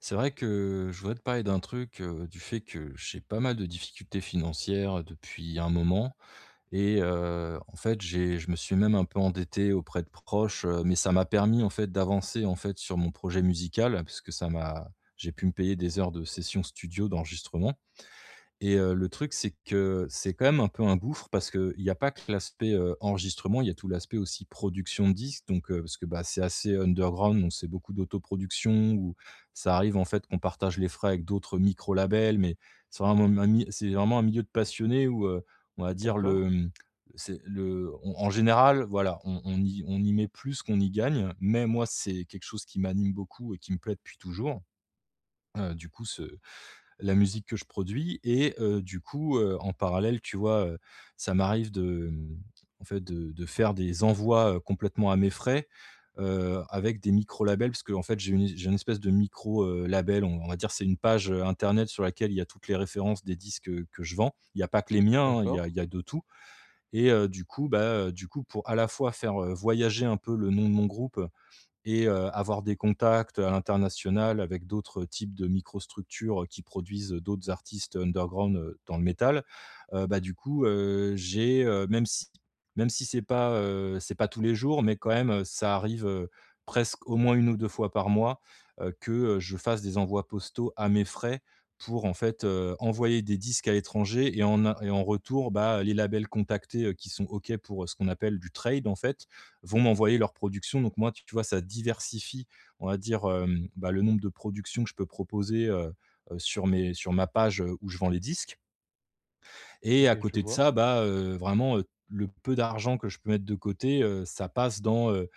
C'est vrai que je voudrais te parler d'un truc, du fait que j'ai pas mal de difficultés financières depuis un moment. Et en fait, j'ai je me suis même un peu endetté auprès de proches, mais ça m'a permis, en fait, d'avancer, en fait, sur mon projet musical, parce que ça m'a j'ai pu me payer des heures de sessions studio, d'enregistrement. Et le truc, c'est que c'est quand même un peu un gouffre, parce qu'il n'y a pas que l'aspect, enregistrement, il y a tout l'aspect aussi production de disques, donc parce que, bah, c'est assez underground, donc c'est beaucoup d'autoproduction où ça arrive, en fait, qu'on partage les frais avec d'autres micro-labels. Mais c'est vraiment un milieu de passionnés où, on va dire D'accord, le, c'est le en général, voilà, on y met plus qu'on y gagne, mais moi, c'est quelque chose qui m'anime beaucoup et qui me plaît depuis toujours. Du coup ce La musique que je produis. Et du coup, en parallèle, tu vois, ça m'arrive de, en fait, de faire des envois, complètement à mes frais, avec des micro-labels, parce que en fait, j'ai une espèce de micro, label, on va dire, c'est une page, internet sur laquelle il y a toutes les références des disques, que je vends. Il y a pas que les miens, hein, d'accord. il y a de tout. Et du coup, bah, pour à la fois faire, voyager un peu le nom de mon groupe, et avoir des contacts à l'international avec d'autres types de microstructures qui produisent d'autres artistes underground, dans le métal. Bah, du coup, j'ai, même si c'est pas tous les jours, mais quand même, ça arrive, presque au moins une ou 2 fois par mois, que, je fasse des envois postaux à mes frais pour, en fait, envoyer des disques à l'étranger. Et en retour, bah, les labels contactés, qui sont OK pour, ce qu'on appelle du trade, en fait, vont m'envoyer leur production. Donc moi, tu vois, ça diversifie, on va dire, bah, le nombre de productions que je peux proposer, sur ma page, où je vends les disques. Et à OK, je côté de vois. ça, bah, vraiment, le peu d'argent que je peux mettre de côté, ça passe dans.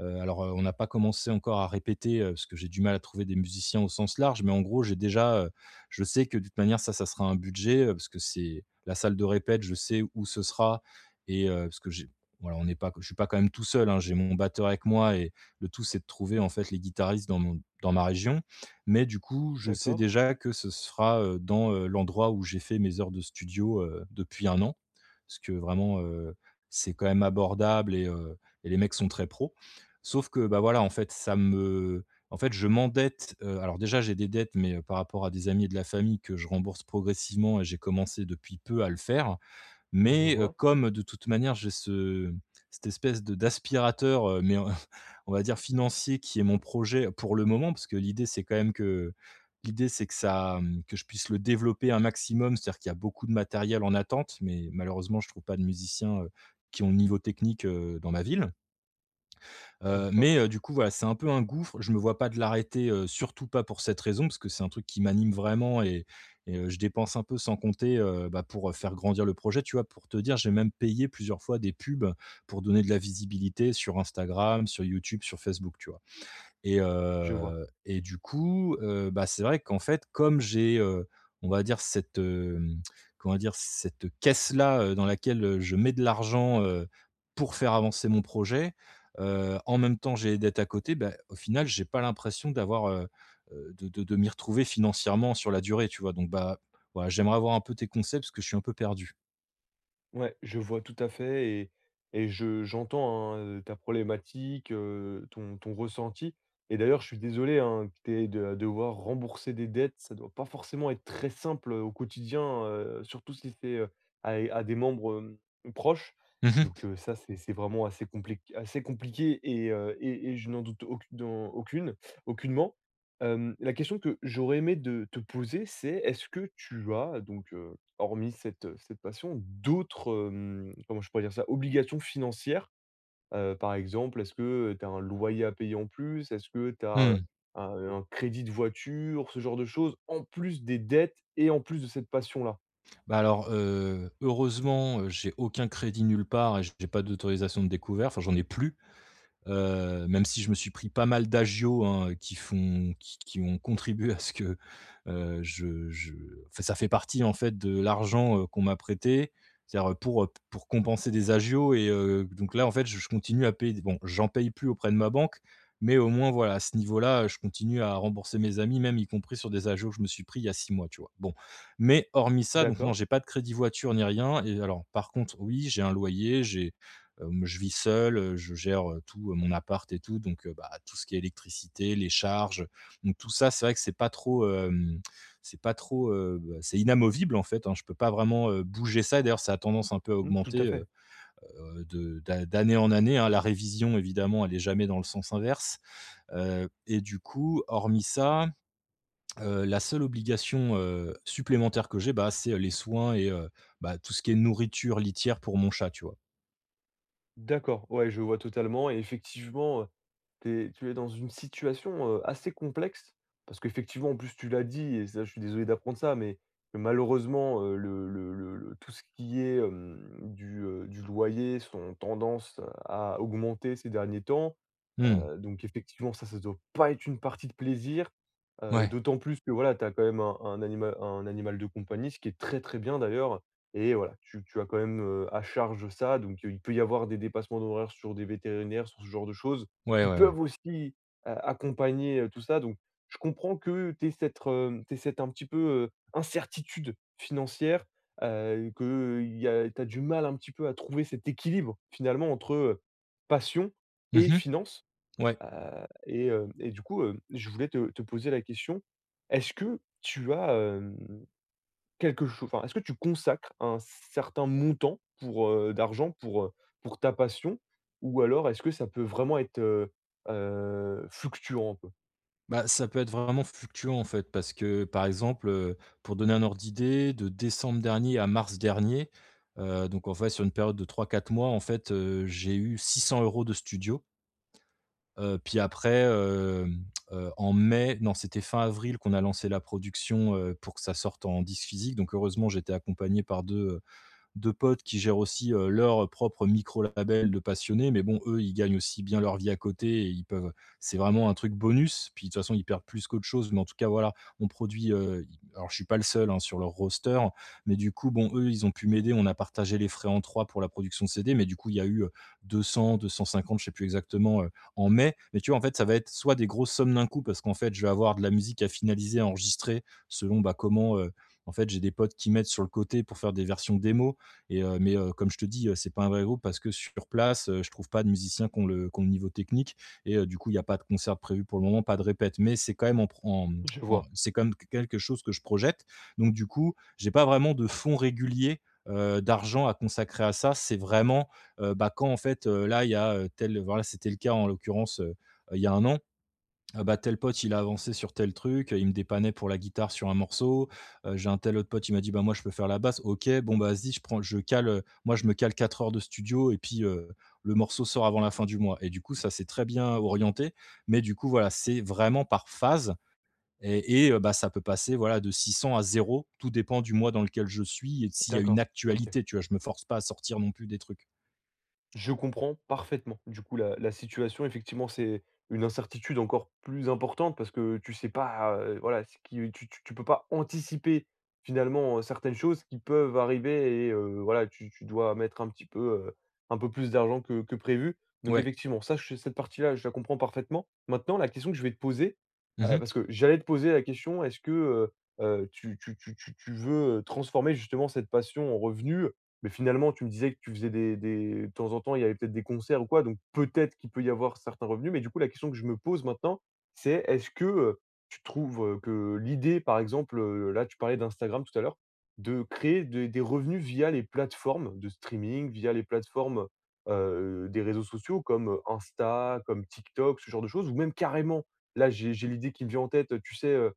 Alors, on n'a pas commencé encore à répéter, parce que j'ai du mal à trouver des musiciens au sens large, mais en gros, j'ai déjà, je sais que de toute manière, ça sera un budget, parce que c'est la salle de répète, je sais où ce sera, et parce que j'ai voilà, on n'est pas je suis pas quand même tout seul, hein, j'ai mon batteur avec moi, et le tout, c'est de trouver, en fait, les guitaristes dans ma région. Mais du coup, je sais D'accord, déjà que ce sera, dans, l'endroit où j'ai fait mes heures de studio, depuis un an. Parce que vraiment, c'est quand même abordable, et les mecs sont très pros. Sauf que, bah, voilà, en fait, ça me en fait, je m'endette. Alors déjà, j'ai des dettes, mais, par rapport à des amis et de la famille que je rembourse progressivement, et j'ai commencé depuis peu à le faire. je Mais vois. comme de toute manière j'ai ce cette espèce de d'aspirateur, on va dire financier, qui est mon projet pour le moment, parce que l'idée c'est que ça, que je puisse le développer un maximum. C'est-à-dire qu'il y a beaucoup de matériel en attente, mais malheureusement je trouve pas de musiciens, qui ont le niveau technique, dans ma ville. Heu, D'accord, mais heu, du coup, voilà, c'est un peu un gouffre. Je me vois pas de l'arrêter, surtout pas pour cette raison, parce que c'est un truc qui m'anime vraiment, et je dépense un peu sans compter, bah, pour, faire grandir le projet, tu vois? Pour te dire, j'ai même payé plusieurs fois des pubs pour donner de la visibilité sur Instagram, sur YouTube, sur Facebook, tu vois? Et je vois. heu et du coup, bah, c'est vrai qu'en fait, comme j'ai, on va dire cette, comment dire? Cette caisse-là, dans laquelle, je mets de l'argent, pour faire avancer mon projet, en même temps, j'ai les dettes à côté, bah, au final, j'ai pas l'impression d'avoir, de m'y retrouver financièrement sur la durée, tu vois? Donc bah, voilà, j'aimerais avoir un peu tes conseils, parce que je suis un peu perdu. Ouais, je vois tout à fait et je j'entends, hein, ta problématique, ton ressenti et d'ailleurs, je suis désolé, hein, que tu aies de devoir rembourser des dettes. Ça doit pas forcément être très simple, au quotidien, surtout si c'est à des membres proches. Mmh mh. Donc ça, c'est vraiment assez compliqué et je n'en doute aucu dans aucune aucunement. La question que j'aurais aimé de te poser, c'est est-ce que tu as donc hormis cette passion, d'autres, comment je pourrais dire ça? Obligations financières. Par exemple, est-ce que tu as un loyer à payer en plus? Est-ce que tu as, Mmh. Un crédit de voiture? Ce genre de choses, en plus des dettes et en plus de cette passion-là. Bah, alors, heureusement, j'ai aucun crédit nulle part et j'ai pas d'autorisation de découvert, enfin, j'en ai plus. Même si je me suis pris pas mal d'agios, hein, qui font qui ont contribué à ce que, je enfin, ça fait partie, en fait, de l'argent, qu'on m'a prêté. C'est-à-dire, pour compenser des agios. Et donc là, en fait, je continue à payer, bon, j'en paye plus auprès de ma banque, mais au moins, voilà, à ce niveau-là, je continue à rembourser mes amis, même y compris sur des agios que je me suis pris il y a 6 mois, tu vois? Bon, mais hormis ça, donc non, D'accord. j'ai pas de crédit voiture ni rien. Et alors, par contre, oui, j'ai un loyer, j'ai je vis seul, je gère, tout, mon appart et tout, donc bah, tout ce qui est électricité, les charges, donc tout ça, c'est vrai que c'est pas trop, bah, c'est inamovible, en fait, hein. Je peux pas vraiment, bouger ça. Et d'ailleurs, ça a tendance un peu à Mmh, tout augmenter, à heu fait. De d'a d'année en année, hein. La révision, évidemment, elle est jamais dans le sens inverse, et du coup, hormis ça, la seule obligation, supplémentaire que j'ai, bah, c'est, les soins, et bah, tout ce qui est nourriture, litière pour mon chat, tu vois? D'accord, ouais, je vois totalement et effectivement, tu es dans une situation, assez complexe parce qu'effectivement, en plus, tu l'as dit et ça, je suis désolé d'apprendre ça, mais que malheureusement, le tout ce qui est du loyer sont tendance à augmenter ces derniers temps. Mmh. Donc effectivement, ça doit pas être une partie de plaisir, Ouais. d'autant plus que, voilà, tu as quand même un anima un animal de compagnie, ce qui est très, très bien d'ailleurs et voilà, tu as quand même, à charge ça, donc il peut y avoir des dépassements d'horaires sur des vétérinaires, sur ce genre de choses Ouais, qui ouais, ouais. peuvent aussi a accompagner, tout ça donc je comprends que tu aies cette re tu cette un petit peu, incertitude financière, qu'il tu as du mal un petit peu à trouver cet équilibre finalement entre passion et Mmh. finances, Ouais. et du coup, je voulais te te poser la question, est-ce que tu as, quelque chose enfin, est-ce que tu consacres un certain montant pour d'argent pour pour ta passion? Ou alors est-ce que ça peut vraiment être fluctuant un peu? Bah, ça peut être vraiment fluctuant, en fait, parce que, par exemple, pour donner un ordre d'idée, de décembre dernier à mars dernier, donc en fait, sur une période de trois quatre mois, en fait, j'ai eu 600 euros de studio. Puis après, en mai, non, c'était fin avril qu'on a lancé la production, pour que ça sorte en disque physique, donc heureusement, j'étais accompagné par deux de potes qui gèrent aussi, leur propre micro-label de passionnés, mais bon, eux, ils gagnent aussi bien leur vie à côté, et ils peuvent, c'est vraiment un truc bonus. Puis de toute façon, ils perdent plus qu'autre chose, mais en tout cas, voilà, on produit, alors je suis pas le seul, hein, sur leur roster, mais du coup, bon, eux, ils ont pu m'aider. On a partagé les frais en 3 pour la production de CD, mais du coup, il y a eu, 200-250, je sais plus exactement, en mai. Mais tu vois, en fait, ça va être soit des grosses sommes d'un coup, parce qu'en fait, je vais avoir de la musique à finaliser, à enregistrer selon, bah, comment, en fait, j'ai des potes qui mettent sur le côté pour faire des versions démo. Mais comme je te dis, c'est pas un vrai groupe, parce que sur place, je trouve pas de musiciens qui ont le niveau technique, et du coup, il y a pas de concert prévu pour le moment, pas de répète. Mais Je vois, c'est quand même quelque chose que je projette. Donc du coup, j'ai pas vraiment de fonds réguliers, d'argent à consacrer à ça. C'est vraiment, bah, quand en fait, là, il y a, tel voilà, c'était le cas en l'occurrence, il y a un an. Ah bah, tel pote, il a avancé sur tel truc, il me dépannait pour la guitare sur un morceau, j'ai un tel autre pote, il m'a dit: «Bah, moi, je peux faire la basse». OK, bon, bah, vas-y, je prends je cale, moi, je me cale 4 heures de studio et puis, le morceau sort avant la fin du mois, et du coup, ça s'est très bien orienté. Mais du coup, voilà, c'est vraiment par phase, et bah, ça peut passer, voilà, de 600 à zéro. Tout dépend du mois dans lequel je suis et s'il y a une d'accord, OK. actualité, tu vois? Je me force pas à sortir non plus des trucs. Je comprends parfaitement. Du coup, la situation, effectivement, c'est une incertitude encore plus importante parce que tu sais pas, voilà, ce qui, tu peux pas anticiper finalement certaines choses qui peuvent arriver et voilà, tu dois mettre un petit peu, euh, un peu plus d'argent que prévu. Donc Ouais. effectivement, ça, cette partie-là, je la comprends parfaitement. Maintenant, la question que je vais te poser, Mmh mh. parce que j'allais te poser la question, est-ce que tu veux transformer justement cette passion en revenu mais finalement, tu me disais que tu faisais des de temps en temps, il y avait peut-être des concerts ou quoi, donc peut-être qu'il peut y avoir certains revenus. Mais du coup, la question que je me pose maintenant, c'est est-ce que tu trouves que l'idée, par exemple, là, tu parlais d'Instagram tout à l'heure, de créer des revenus via les plateformes de streaming, via les plateformes, des réseaux sociaux comme Insta, comme TikTok, ce genre de choses ou même carrément là, j'ai l'idée qui me vient en tête, tu sais,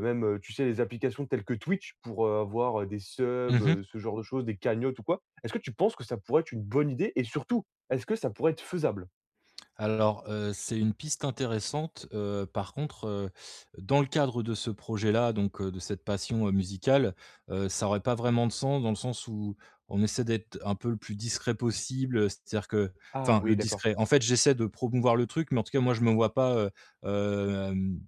même, tu sais, les applications telles que Twitch pour avoir des subs, Mmh. Ce genre de choses, des cagnottes ou quoi. Est-ce que tu penses que ça pourrait être une bonne idée et surtout, est-ce que ça pourrait être faisable? Alors, c'est une piste intéressante, par contre, dans le cadre de ce projet-là, donc de cette passion, musicale, ça aurait pas vraiment de sens dans le sens où on essaie d'être un peu le plus discret possible, c'est-à-dire que Ah enfin le oui, d'accord. discret, en fait, j'essaie de promouvoir le truc, mais en tout cas, moi, je me vois pas, hem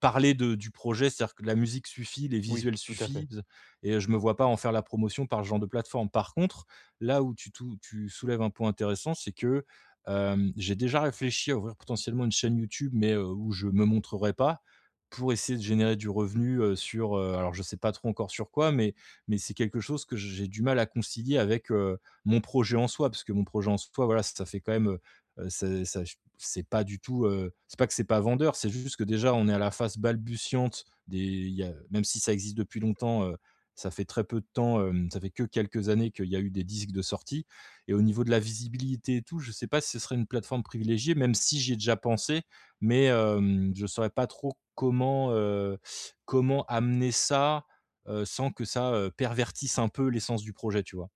parler du projet, c'est-à-dire que la musique suffit, les Oui, visuels tout à fait. suffisent, et je me vois pas en faire la promotion par ce genre de plateforme. Par contre, là où tu soulèves un point intéressant, c'est que j'ai déjà réfléchi à ouvrir potentiellement une chaîne YouTube, mais où je me montrerai pas, pour essayer de générer du revenu sur, alors je sais pas trop encore sur quoi, mais, c'est quelque chose que j'ai du mal à concilier avec mon projet en soi, parce que mon projet en soi, voilà, ça fait quand même, euh, ça, ça- c'est pas que c'est pas vendeur, c'est juste que déjà on est à la phase balbutiante des il y a même si ça existe depuis longtemps, ça fait très peu de temps, ça fait que quelques années qu'il y a eu des disques de sortie, et au niveau de la visibilité et tout, je sais pas si ce serait une plateforme privilégiée, même si j'y ai déjà pensé, mais je saurais pas trop comment, comment amener ça, sans que ça, pervertisse un peu l'essence du projet, tu vois?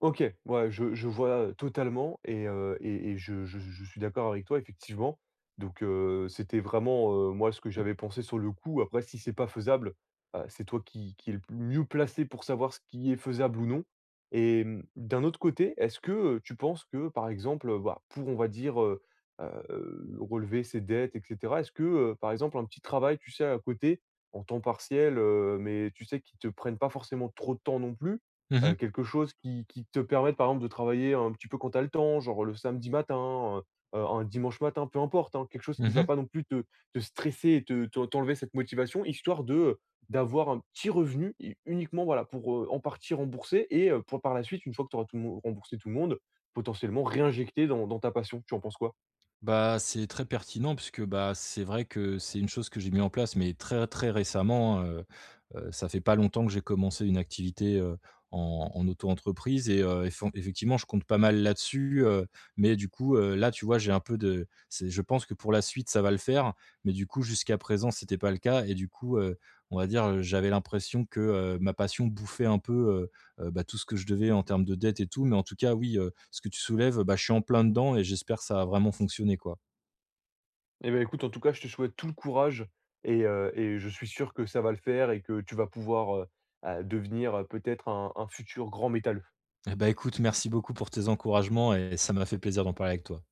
OK, ouais, je vois, totalement et je suis d'accord avec toi effectivement. Donc c'était vraiment, moi ce que j'avais pensé sur le coup. Après si c'est pas faisable, c'est toi qui est le p mieux placé pour savoir ce qui est faisable ou non et mmh, d'un autre côté, est-ce que tu penses que par exemple, bah, pour on va dire, relever ses dettes et cetera, est-ce que par exemple un petit travail, tu sais, à côté, en temps partiel, mais tu sais, qui te prennent pas forcément trop de temps non plus, Mmh mh. Quelque chose qui te permette, par exemple, de travailler un petit peu quand tu as le temps, genre le samedi matin, un dimanche matin, peu importe, hein. Quelque chose qui va Mmh. pas non plus te te stresser et te te t'enlever cette motivation, histoire de, d'avoir un petit revenu et uniquement, voilà, pour en partie rembourser et pour par la suite, une fois que tu auras tout le mon remboursé tout le monde, potentiellement réinjecter dans ta passion. Tu en penses quoi? Bah, c'est très pertinent puisque, bah, c'est vrai que c'est une chose que j'ai mis en place, mais très, très récemment. Ça fait pas longtemps que j'ai commencé une activité, en auto-entreprise, et effon effectivement, je compte pas mal là-dessus, mais du coup, là, tu vois, j'ai un peu de c'est je pense que pour la suite, ça va le faire, mais du coup, jusqu'à présent, c'était pas le cas. Et du coup, on va dire, j'avais l'impression que, ma passion bouffait un peu, bah, tout ce que je devais en termes de dettes et tout. Mais en tout cas, oui, ce que tu soulèves, bah, je suis en plein dedans, et j'espère que ça a vraiment fonctionné, quoi. Eh beh, écoute, en tout cas, je te souhaite tout le courage et je suis sûr que ça va le faire et que tu vas pouvoir, devenir, peut-être un futur grand métalleux. Eh bah, écoute, merci beaucoup pour tes encouragements, et ça m'a fait plaisir d'en parler avec toi.